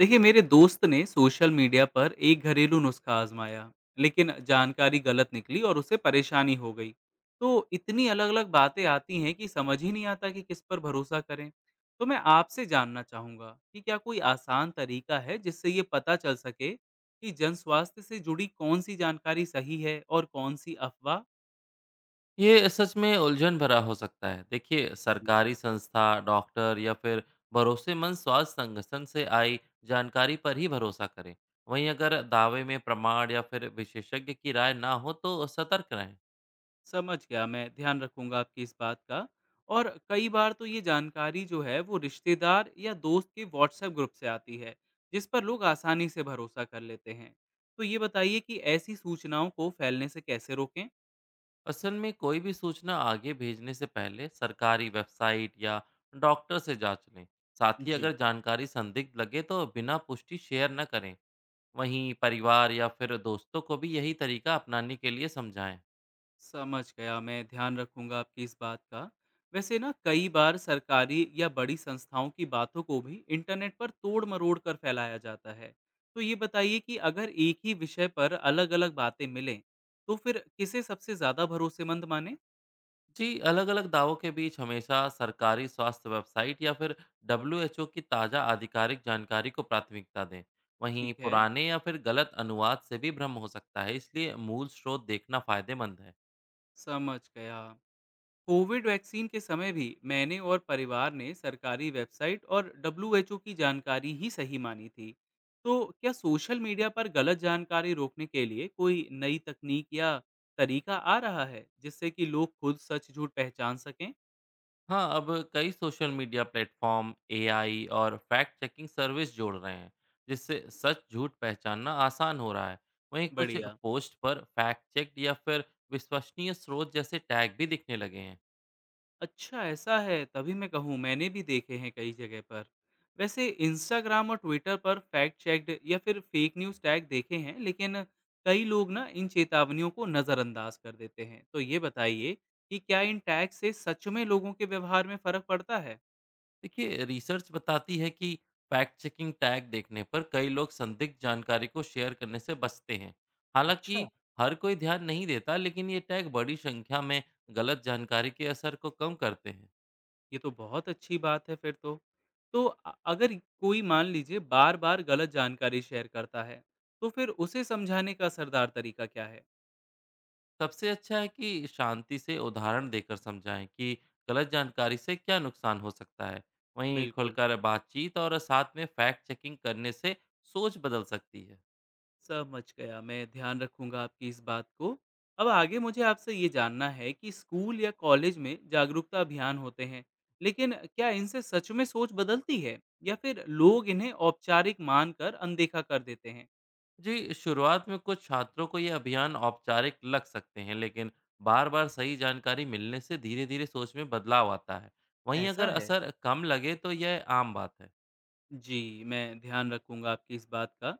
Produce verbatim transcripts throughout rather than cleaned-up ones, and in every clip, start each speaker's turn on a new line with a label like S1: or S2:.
S1: देखिए, मेरे दोस्त ने सोशल मीडिया पर एक घरेलू नुस्खा आजमाया, लेकिन जानकारी गलत निकली और उसे परेशानी हो गई। तो इतनी अलग अलग बातें आती हैं कि समझ ही नहीं आता कि किस पर भरोसा करें। तो मैं आपसे जानना चाहूँगा कि क्या कोई आसान तरीका है जिससे ये पता चल सके कि जन स्वास्थ्य से जुड़ी कौन सी जानकारी सही है और कौन सी अफवाह।
S2: ये सच में उलझन भरा हो सकता है। देखिए, सरकारी संस्था, डॉक्टर या फिर भरोसेमंद स्वास्थ्य संगठन से आई जानकारी पर ही भरोसा करें। वहीं अगर दावे में प्रमाण या फिर विशेषज्ञ की राय ना हो तो सतर्क रहें।
S1: समझ गया, मैं ध्यान रखूँगा आपकी इस बात का। और कई बार तो ये जानकारी जो है वो रिश्तेदार या दोस्त के व्हाट्सएप ग्रुप से आती है, जिस पर लोग आसानी से भरोसा कर लेते हैं। तो ये बताइए कि ऐसी सूचनाओं को फैलने से कैसे रोकें?
S2: असल में कोई भी सूचना आगे भेजने से पहले सरकारी वेबसाइट या डॉक्टर से जांच लें। साथ ही
S1: जी।
S2: अगर जानकारी संदिग्ध लगे तो बिना पुष्टि शेयर न करें। वहीं परिवार या फिर दोस्तों को भी यही तरीका अपनाने के लिए समझाएं।
S1: समझ गया, मैं ध्यान रखूंगा आपकी इस बात का। वैसे ना कई बार सरकारी या बड़ी संस्थाओं की बातों को भी इंटरनेट पर तोड़-मरोड़ कर फैलाया जाता है। तो ये बताइए कि अगर एक ही विषय पर अलग-अलग बातें मिलें, तो फिर किसे सबसे ज़्यादा भरोसेमंद माने?
S2: जी, अलग-अलग दावों के बीच हमेशा सरकारी स्वास्थ्य वेबसाइट या फिर डब्ल्यू एच ओ की ताज़ा आधिकारिक जानकारी को प्राथमिकता दें। वहीं
S1: ठीक है,
S2: पुराने या फिर गलत अनुवाद से भी भ्रम हो सकता है, इसलिए मूल स्रोत देखना फ़ायदेमंद है।
S1: समझ गया। कोविड वैक्सीन के समय भी मैंने और परिवार ने सरकारी वेबसाइट और डब्ल्यू एच ओ की जानकारी ही सही मानी थी। तो क्या सोशल मीडिया पर गलत जानकारी रोकने के लिए कोई नई तकनीक या तरीका आ रहा है जिससे कि लोग खुद सच झूठ पहचान सकें?
S2: हाँ, अब कई social media platform, A I और फैक्ट चेकिंग सर्विस जोड़ रहे हैं, जिससे सच झूठ पहचानना आसान हो रहा है। वहीं कुछ
S1: बढ़िया।
S2: पोस्ट पर फैक्ट चेक्ड या फिर विश्वसनीय स्रोत जैसे टैग भी दिखने लगे हैं।
S1: अच्छा, ऐसा है, तभी मैं कहूँ, मैंने भी देखे हैं कई जगह पर। वैसे इंस्टाग्राम और ट्विटर पर फैक्ट चेक्ड या फिर फेक न्यूज़ टैग देखे हैं, लेकिन कई लोग ना इन चेतावनियों को नज़रअंदाज कर देते हैं। तो ये बताइए कि क्या इन टैग से सच में लोगों के व्यवहार में फ़र्क पड़ता है?
S2: देखिए, रिसर्च बताती है कि फैक्ट चेकिंग टैग देखने पर कई लोग संदिग्ध जानकारी को शेयर करने से बचते हैं।
S1: अच्छा।
S2: हालांकि हर कोई ध्यान नहीं देता, लेकिन ये टैग बड़ी संख्या में गलत जानकारी के असर को कम करते हैं।
S1: ये तो बहुत अच्छी बात है, फिर तो। तो अ- अगर कोई, मान लीजिए, बार बार गलत जानकारी शेयर करता है, तो फिर उसे समझाने का असरदार तरीका क्या है?
S2: सबसे अच्छा है कि शांति से उदाहरण देकर समझाएं कि गलत जानकारी से क्या नुकसान हो सकता है। वहीं
S1: बिल्कुल।
S2: खुलकर बातचीत और साथ में फैक्ट चेकिंग करने से सोच बदल सकती है।
S1: समझ गया, मैं ध्यान रखूँगा आपकी इस बात को। अब आगे मुझे आपसे ये जानना है कि स्कूल या कॉलेज में जागरूकता अभियान होते हैं, लेकिन क्या इनसे सच में सोच बदलती है, या फिर लोग इन्हें औपचारिक मानकर अनदेखा कर देते हैं?
S2: जी, शुरुआत में कुछ छात्रों को ये अभियान औपचारिक लग सकते हैं, लेकिन बार-बार सही जानकारी मिलने से धीरे-धीरे सोच में बदलाव आता है। वहीं
S1: ऐसा
S2: अगर
S1: है?
S2: असर कम लगे तो यह आम बात है।
S1: जी, मैं ध्यान रखूँगा आपकी इस बात का।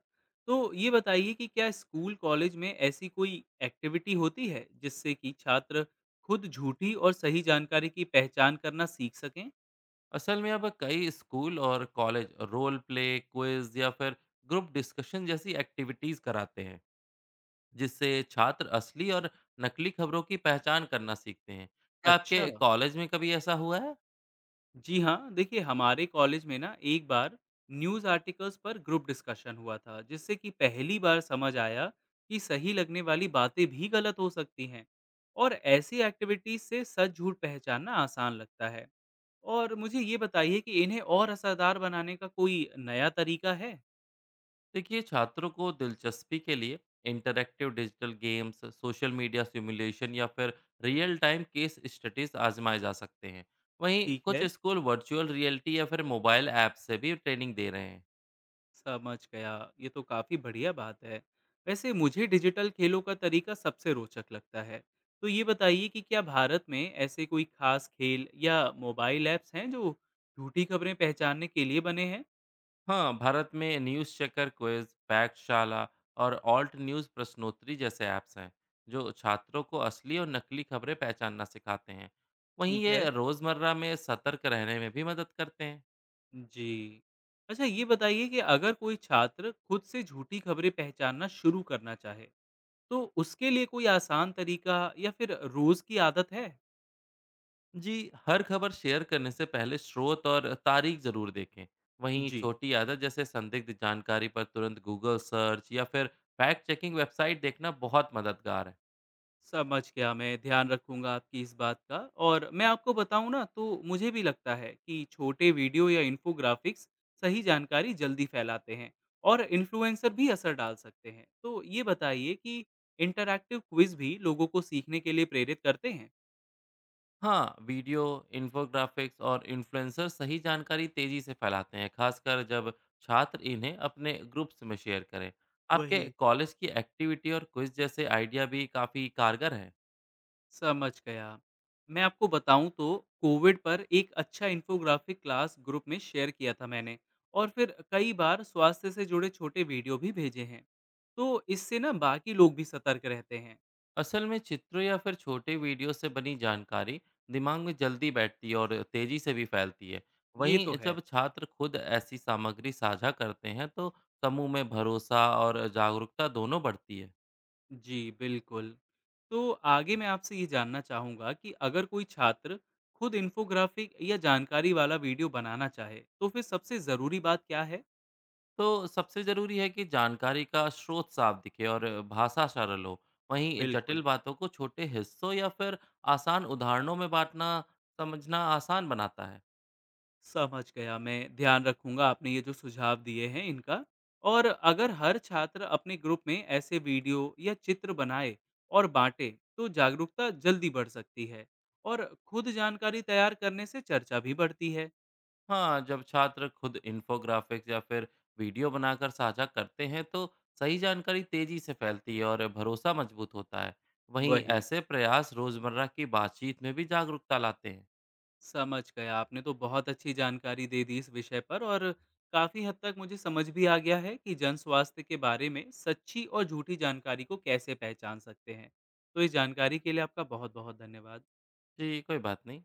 S1: तो ये बताइए कि क्या स्कूल, कॉलेज में ऐसी कोई एक्टिविटी होती है जिससे कि छात्र खुद झूठी और सही जानकारी की पहचान करना सीख सकें?
S2: असल में अब कई स्कूल और कॉलेज रोल प्ले, क्विज़ या फिर ग्रुप डिस्कशन जैसी एक्टिविटीज़ कराते हैं, जिससे छात्र असली और नकली खबरों की पहचान करना सीखते हैं। क्या
S1: अच्छा।
S2: आपके कॉलेज में कभी ऐसा हुआ है?
S1: जी हाँ, देखिए हमारे कॉलेज में ना एक बार न्यूज़ आर्टिकल्स पर ग्रुप डिस्कशन हुआ था, जिससे कि पहली बार समझ आया कि सही लगने वाली बातें भी गलत हो सकती हैं, और ऐसी एक्टिविटीज से सच झूठ पहचानना आसान लगता है। और मुझे ये बताइए कि इन्हें और असरदार बनाने का कोई नया तरीका है?
S2: देखिए, छात्रों को दिलचस्पी के लिए interactive digital games, social media simulation या फिर रियल टाइम केस स्टडीज आजमाए जा सकते हैं। वहीं
S1: ठीक
S2: कुछ
S1: है।
S2: स्कूल वर्चुअल रियलिटी या फिर मोबाइल ऐप से भी ट्रेनिंग दे रहे हैं।
S1: समझ गया। ये तो काफ़ी बढ़िया बात है। वैसे मुझे डिजिटल खेलों का तरीका सबसे रोचक लगता है। तो ये बताइए कि क्या भारत में ऐसे कोई खास खेल या मोबाइल ऐप्स हैं जो झूठी खबरें पहचानने के लिए बने हैं?
S2: हाँ, भारत में न्यूज़ चेकर, क्विज पाठशाला और ऑल्ट न्यूज़ प्रश्नोत्तरी जैसे ऐप्स हैं जो छात्रों को असली और नकली खबरें पहचानना सिखाते हैं। वहीं
S1: ठीक है।
S2: ये रोज़मर्रा में सतर्क रहने में भी मदद करते हैं।
S1: जी। अच्छा, ये बताइए कि अगर कोई छात्र खुद से झूठी खबरें पहचानना शुरू करना चाहे, तो उसके लिए कोई आसान तरीका या फिर रोज़ की आदत है?
S2: जी, हर खबर शेयर करने से पहले स्रोत और तारीख जरूर देखें। वहीं
S1: जी।
S2: छोटी आदत जैसे संदिग्ध जानकारी पर तुरंत गूगल सर्च या फिर फैक्ट चेकिंग वेबसाइट देखना बहुत मददगार है।
S1: समझ गया, मैं ध्यान रखूँगा आपकी इस बात का। और मैं आपको बताऊँ ना, तो मुझे भी लगता है कि छोटे वीडियो या इन्फोग्राफिक्स सही जानकारी जल्दी फैलाते हैं, और इन्फ्लुएंसर भी असर डाल सकते हैं। तो ये बताइए कि इंटरैक्टिव क्विज भी लोगों को सीखने के लिए प्रेरित करते हैं?
S2: हाँ, वीडियो, इन्फोग्राफिक्स और इन्फ्लुएंसर सही जानकारी तेजी से फैलाते हैं, खासकर जब छात्र इन्हें अपने ग्रुप्स में शेयर करें।
S1: वही।
S2: आपके कॉलेज की एक्टिविटी और क्विज जैसे आइडिया भी काफ़ी कारगर है।
S1: समझ गया। मैं आपको बताऊँ तो कोविड पर एक अच्छा इन्फोग्राफिक क्लास ग्रुप में शेयर किया था मैंने, और फिर कई बार स्वास्थ्य से जुड़े छोटे वीडियो भी भेजे हैं। तो इससे ना बाकी लोग भी सतर्क रहते हैं।
S2: असल में चित्रों या फिर छोटे वीडियो से बनी जानकारी दिमाग में जल्दी बैठती है और तेजी से भी फैलती है।
S1: ये
S2: वहीं
S1: तो है।
S2: जब छात्र खुद ऐसी सामग्री साझा करते हैं तो समूह में भरोसा और जागरूकता दोनों बढ़ती है।
S1: जी, बिल्कुल। तो आगे मैं आपसे ये जानना चाहूँगा कि अगर कोई छात्र खुद इन्फोग्राफिक या जानकारी वाला वीडियो बनाना चाहे, तो फिर सबसे ज़रूरी बात क्या है?
S2: तो सबसे ज़रूरी है कि जानकारी का स्रोत साफ दिखे और भाषा सरल हो। वहीं
S1: बिल्कुल।
S2: जटिल बातों को छोटे हिस्सों या फिर आसान उदाहरणों में बांटना समझना आसान बनाता है।
S1: समझ गया, मैं ध्यान रखूंगा आपने ये जो सुझाव दिए हैं इनका। और अगर हर छात्र अपने ग्रुप में ऐसे वीडियो या चित्र बनाए और बांटे, तो जागरूकता जल्दी बढ़ सकती है, और खुद जानकारी तैयार करने से चर्चा भी बढ़ती है।
S2: हाँ, जब छात्र खुद इन्फोग्राफिक्स या फिर वीडियो बनाकर साझा करते हैं तो सही जानकारी तेजी से फैलती है और भरोसा मजबूत होता है। वहीं
S1: वही।
S2: ऐसे प्रयास रोजमर्रा की बातचीत में भी जागरूकता लाते हैं।
S1: समझ गया, आपने तो बहुत अच्छी जानकारी दे दी इस विषय पर, और काफी हद तक मुझे समझ भी आ गया है कि जन स्वास्थ्य के बारे में सच्ची और झूठी जानकारी को कैसे पहचान सकते हैं। तो इस जानकारी के लिए आपका बहुत बहुत धन्यवाद।
S2: जी, कोई बात नहीं।